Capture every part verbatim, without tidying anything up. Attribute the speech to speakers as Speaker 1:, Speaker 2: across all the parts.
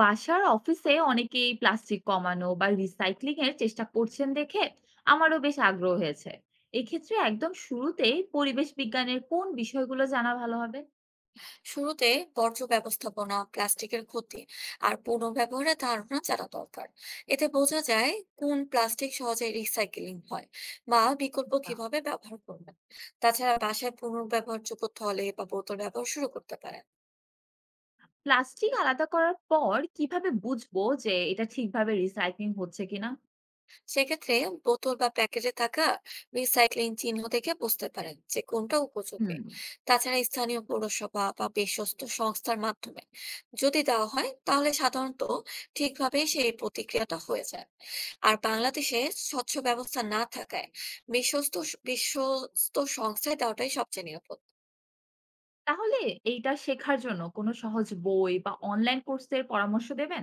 Speaker 1: বাসার অফিসে অনেকেই প্লাস্টিক কমানো বা রিসাইক্লিং এর চেষ্টা করছেন দেখে আমারও বেশ আগ্রহ হয়েছে। এক্ষেত্রে একদম শুরুতেই পরিবেশ বিজ্ঞানের কোন বিষয়গুলো জানা ভালো হবে?
Speaker 2: শুরুতে বর্জ্য ব্যবস্থাপনা প্লাস্টিকের ক্ষতি আর পুনর্ব্যবহারের ধারণা জানা দরকার। এতে বোঝা যায় কোন প্লাস্টিক সহজে রিসাইকেলিং হয় বা বিকল্প
Speaker 1: আচ্ছা।
Speaker 2: কিভাবে ব্যবহার করবেন। তাছাড়া বাসায় পুনর্ব্যবহারযোগ্য থলে বা বোতল ব্যবহার শুরু করতে পারেন।
Speaker 1: প্লাস্টিক আলাদা করার পর কিভাবে বুঝবো যে এটা ঠিকভাবে রিসাইক্লিং হচ্ছে কিনা?
Speaker 2: সেক্ষেত্রে বোতল বা প্যাকেটে থাকা রিসাইক্লিং চিহ্ন থেকে বুঝতে পারেন যে কোনটা
Speaker 1: হুম।
Speaker 2: উপযোগী। তাছাড়া স্থানীয় পৌরসভা বা বিশ্বস্ত সংস্থার মাধ্যমে যদি দেওয়া হয় তাহলে সাধারণত ঠিকভাবে সেই প্রতিক্রিয়াটা হয়ে যায়। আর বাংলাদেশে স্বচ্ছ ব্যবস্থা না থাকায় বিশ্বস্ত বিশ্বস্ত সংস্থায় দেওয়াটাই সবচেয়ে নিরাপদ।
Speaker 1: তাহলে এইটা শেখার জন্য কোনো সহজ বই বা অনলাইন কোর্সের পরামর্শ দেবেন?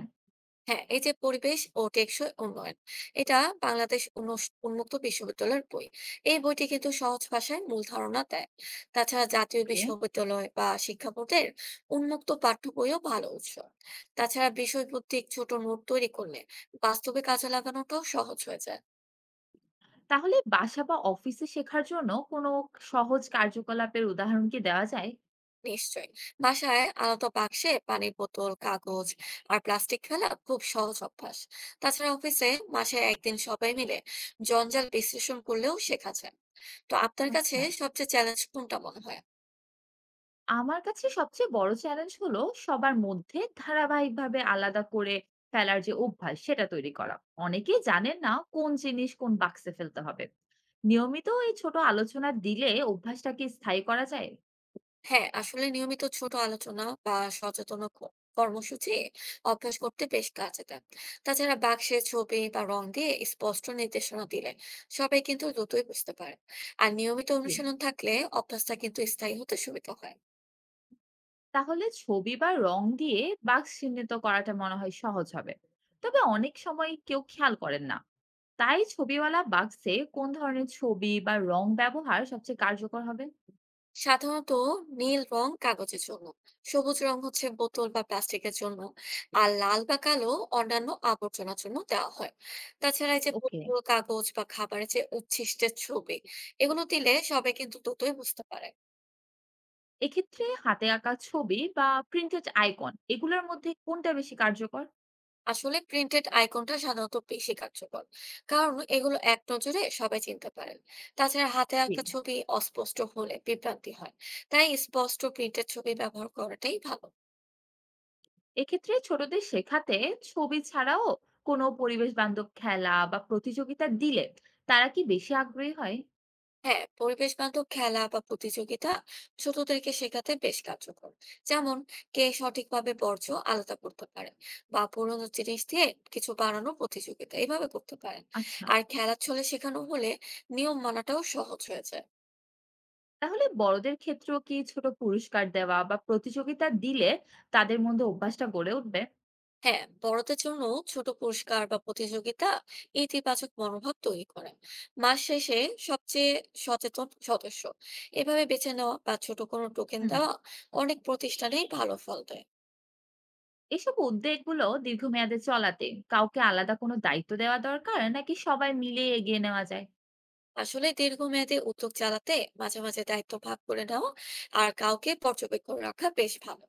Speaker 2: হ্যাঁ, এই যে পরিবেশ ও টেকসই উন্নয়ন, এটা বাংলাদেশ উন্নস- উন্মুক্ত বিশ্ববিদ্যালয়ের বই। এই বইটি কিন্তু সহজ ভাষায় মূল ধারণা দেয়। তাছাড়া জাতীয়
Speaker 1: ওকে।
Speaker 2: বিশ্ববিদ্যালয় বা শিক্ষা বোর্ডের উন্মুক্ত পাঠ্য বইও ভালো উৎস। তাছাড়া বিষয়ভিত্তিক ছোট নোট তৈরি করলে বাস্তবে কাজে লাগানোটাও সহজ হয়ে যায়।
Speaker 1: তাহলে বাসা বা অফিসে শেখার জন্য কোনো সহজ কার্যকলাপের উদাহরণ কি দেওয়া যায়?
Speaker 2: নিশ্চয়ই, বাসায় আলাদা বাক্সে পানির বোতল, কাগজ আর প্লাস্টিক ফেলা খুব সহজ অভ্যাস। তাছাড়া অফিসে মাসে একদিন সবাই মিলে জঞ্জাল বিশ্লেষণ করলেও শেখা যায়। তো আপনার কাছে
Speaker 1: আচ্ছা।
Speaker 2: সবচেয়ে চ্যালেঞ্জ কোনটা মনে হয়?
Speaker 1: আমার কাছে সবচেয়ে বড় চ্যালেঞ্জ হলো সবার মধ্যে ধারাবাহিকভাবে আলাদা করে ফেলার যে অভ্যাস সেটা তৈরি করা। অনেকেই জানেন না কোন জিনিস কোন বাক্সে ফেলতে হবে। নিয়মিত এই ছোট আলোচনা দিলে অভ্যাসটাকে স্থায়ী করা যায়।
Speaker 2: হ্যাঁ, আসলে নিয়মিত ছোট আলোচনা বা সচেতন ক কর্মসূচি অভ্যাস করতে বেশ কাজে দেয়। তাছাড়া বাক্সে ছবি বা রং দিয়ে স্পষ্ট নির্দেশনা দিলে সবাই কিন্তু দ্রুতই বুঝতে পারে। আর নিয়মিত
Speaker 1: জি।
Speaker 2: অনুশীলন থাকলে অভ্যাসটা কিন্তু স্থায়ী হতে সুবিধা হয়।
Speaker 1: তাহলে ছবি বা রং দিয়ে বাক্স চিহ্নিত করাটা মনে হয় সহজ হবে। তবে অনেক সময় কেউ খেয়াল করেন না। তাই ছবিওয়ালা বাক্সে কোন ধরনের ছবি বা রং ব্যবহার সবচেয়ে কার্যকর হবে?
Speaker 2: সাধারণত নীল রং কাগজের জন্য, সবুজ রং হচ্ছে বোতল বা প্লাস্টিকের জন্য, আর লাল বা কালো অন্যান্য আবর্জনার জন্য দেওয়া হয়। তাছাড়া এই যে
Speaker 1: ওকে।
Speaker 2: বোতল, কাগজ বা খাবারের যে উচ্ছিষ্টের ছবি, এগুলো দিলে সবাই কিন্তু দ্রুতই বুঝতে পারে।
Speaker 1: এক্ষেত্রে হাতে আঁকা ছবি বা প্রিন্টেড আইকন এগুলোর মধ্যে কোনটা বেশি কার্যকর?
Speaker 2: আসলে প্রিন্টেড আইকনটা সাধারণত বেশি কার্যকর, কারণ এগুলো এক নজরে সবাই চিনতে পারেন। তাছাড়া হাতে
Speaker 1: জি।
Speaker 2: আঁকা ছবি অস্পষ্ট হলে বিভ্রান্তি হয়। তাই স্পষ্ট প্রিন্টেড ছবি ব্যবহার করাটাই ভালো।
Speaker 1: এক্ষেত্রে ছোটদের শেখাতে ছবি ছাড়াও কোনো পরিবেশ বান্ধব খেলা বা প্রতিযোগিতা দিলে তারা কি বেশি আগ্রহী হয়?
Speaker 2: হ্যাঁ, পরিবেশ বান্ধব খেলা বা প্রতিযোগিতা ছোটদেরকে শেখাতে বেশ কার্যকর। যেমন কে সঠিকভাবে বর্জ্য আলাদা করতে পারে, বা পুরোনো জিনিস দিয়ে কিছু বানানো প্রতিযোগিতা এইভাবে করতে পারেন।
Speaker 1: আচ্ছা।
Speaker 2: আর খেলার ছলে শেখানো হলে নিয়ম মানাটাও সহজ হয়ে যায়।
Speaker 1: তাহলে বড়দের ক্ষেত্রেও কি ছোট পুরস্কার দেওয়া বা প্রতিযোগিতা দিলে তাদের মধ্যে অভ্যাসটা গড়ে উঠবে?
Speaker 2: হ্যাঁ, বড়দের জন্য ছোট পুরস্কার বা প্রতিযোগিতা ইতিবাচক মনোভাব তৈরি করে। মাস শেষে সবচেয়ে সচেতন সদস্য এভাবে বেছে নেওয়া বা ছোট কোনো টোকেন
Speaker 1: হুম।
Speaker 2: দেওয়া অনেক প্রতিষ্ঠানেই ভালো ফল দেয়।
Speaker 1: এসব উদ্যোগগুলো দীর্ঘমেয়াদে চলাতে কাউকে আলাদা কোনো দায়িত্ব দেওয়া দরকার নাকি সবাই মিলে এগিয়ে নেওয়া যায়?
Speaker 2: আসলে দীর্ঘমেয়াদী উদ্যোগ চালাতে মাঝে মাঝে দায়িত্ব ভাগ করে নাও আর কাউকে পর্যবেক্ষণ রাখা বেশ ভালো।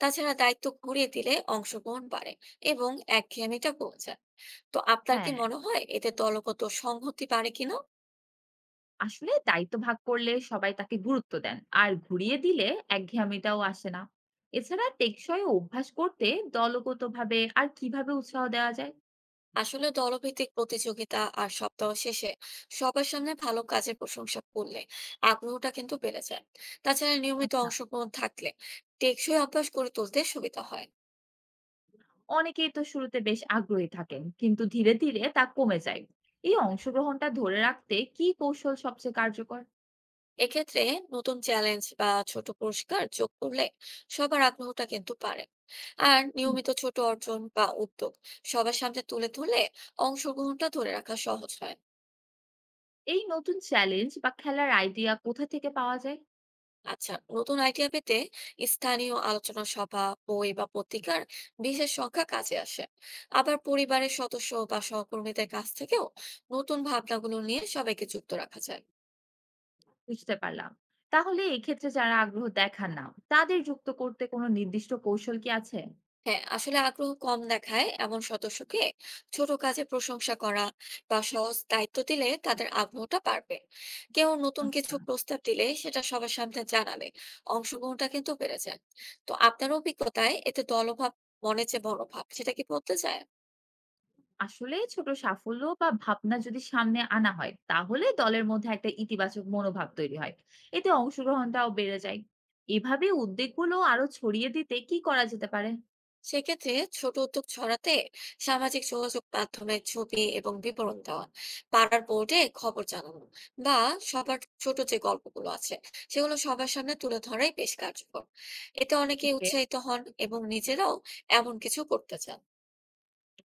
Speaker 2: তাছাড়া দায়িত্ব ঘুরিয়ে দিলে অংশগ্রহণ বাড়ে এবং একঘেয়েমিটা কমে যায়। তো আপনার কি
Speaker 1: হ্যাঁ,
Speaker 2: মনে হয় এতে দলগত সংহতি বাড়ে কিনা?
Speaker 1: আসলে দায়িত্ব ভাগ করলে সবাই তাকে গুরুত্ব দেন। আর ঘুরিয়ে দিলে একঘেয়েমিটাও আসে না। এছাড়া টেকসই অভ্যাস করতে দলগতভাবে আর কিভাবে উৎসাহ দেওয়া যায়?
Speaker 2: আসলে দলভিত্তিক প্রতিযোগিতা আর সপ্তাহ শেষে সবার সামনে ভালো কাজের প্রশংসা করলে আগ্রহটা কিন্তু বেড়ে যায়। তাছাড়া নিয়মিত
Speaker 1: আচ্ছা।
Speaker 2: অংশগ্রহণ থাকলে টেকসই অভ্যাস গড়ে তুলতে সুবিধা হয়।
Speaker 1: অনেকেই তো শুরুতে বেশ আগ্রহী থাকেন কিন্তু ধীরে ধীরে তা কমে যায়। এই অংশগ্রহণটা ধরে রাখতে কি কৌশল সবচেয়ে কার্যকর?
Speaker 2: এক্ষেত্রে নতুন চ্যালেঞ্জ বা ছোট পুরস্কার যোগ করলে সবার আগ্রহটা কিন্তু বাড়ে। আর
Speaker 1: হুম।
Speaker 2: নিয়মিত ছোট অর্জন বা উদ্যোগ সবার সামনে তুলে ধরলে অংশগ্রহণটা ধরে রাখা সহজ হয়।
Speaker 1: এই নতুন চ্যালেঞ্জ বা খেলার আইডিয়া কোথা থেকে পাওয়া যায়?
Speaker 2: আচ্ছা, নতুন আইডিয়া পেতে স্থানীয় আলোচনা সভা, বই বা পত্রিকার বিশেষ সংখ্যা কাজে আসে। আবার পরিবারের সদস্য বা সহকর্মীদের কাছ থেকেও নতুন ভাবনাগুলো নিয়ে সবাইকে যুক্ত রাখা যায়।
Speaker 1: বুঝতে পারলাম। তাহলে এক্ষেত্রে যারা আগ্রহ দেখান না তাদের যুক্ত করতে কোনো নির্দিষ্ট কৌশল কি আছে?
Speaker 2: হ্যাঁ, আসলে আগ্রহ কম দেখায় এমন সদস্যকে ছোট কাজে প্রশংসা করা বা সহজ দায়িত্ব দিলে তাদের আগ্রহটা বাড়বে। কেউ নতুন
Speaker 1: আচ্ছা।
Speaker 2: কিছু প্রস্তাব দিলে সেটা সবার সামনে জানালে অংশগ্রহণটা কিন্তু বেড়ে যায়। তো আপনার অভিজ্ঞতায় এতে দলভাব, মনে যে মনোভাব, সেটা কি বলতে চায়?
Speaker 1: আসলে ছোট সাফল্য বা ভাবনা যদি সামনে আনা হয় তাহলে দলের মধ্যে একটা ইতিবাচক মনোভাব তৈরি হয়। এতে অংশগ্রহণটাও বেড়ে যায়। এভাবে উদ্যোগগুলো আরো ছড়িয়ে দিতে কি করা যেতে পারে?
Speaker 2: সেক্ষেত্রে ছোট উদ্যোগ ছড়াতে সামাজিক যোগাযোগ মাধ্যমে ছবি এবং বিবরণ দেওয়া, পাড়ার বোর্ডে খবর জানানো, বা সবার ছোট যে গল্পগুলো আছে সেগুলো সবার সামনে তুলে ধরাই বেশ কার্যকর। এতে অনেকে
Speaker 1: ওকে।
Speaker 2: উৎসাহিত হন এবং নিজেরাও এমন কিছু করতে চান।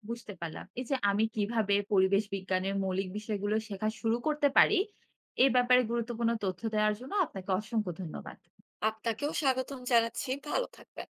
Speaker 1: বুঝতে পারলাম এই যে আমি কিভাবে পরিবেশ বিজ্ঞানের মৌলিক বিষয়গুলো শেখা শুরু করতে পারি। এ ব্যাপারে গুরুত্বপূর্ণ তথ্য দেওয়ার জন্য আপনাকে অসংখ্য ধন্যবাদ।
Speaker 2: আপনাকেও স্বাগতম জানাচ্ছি, ভালো থাকবেন।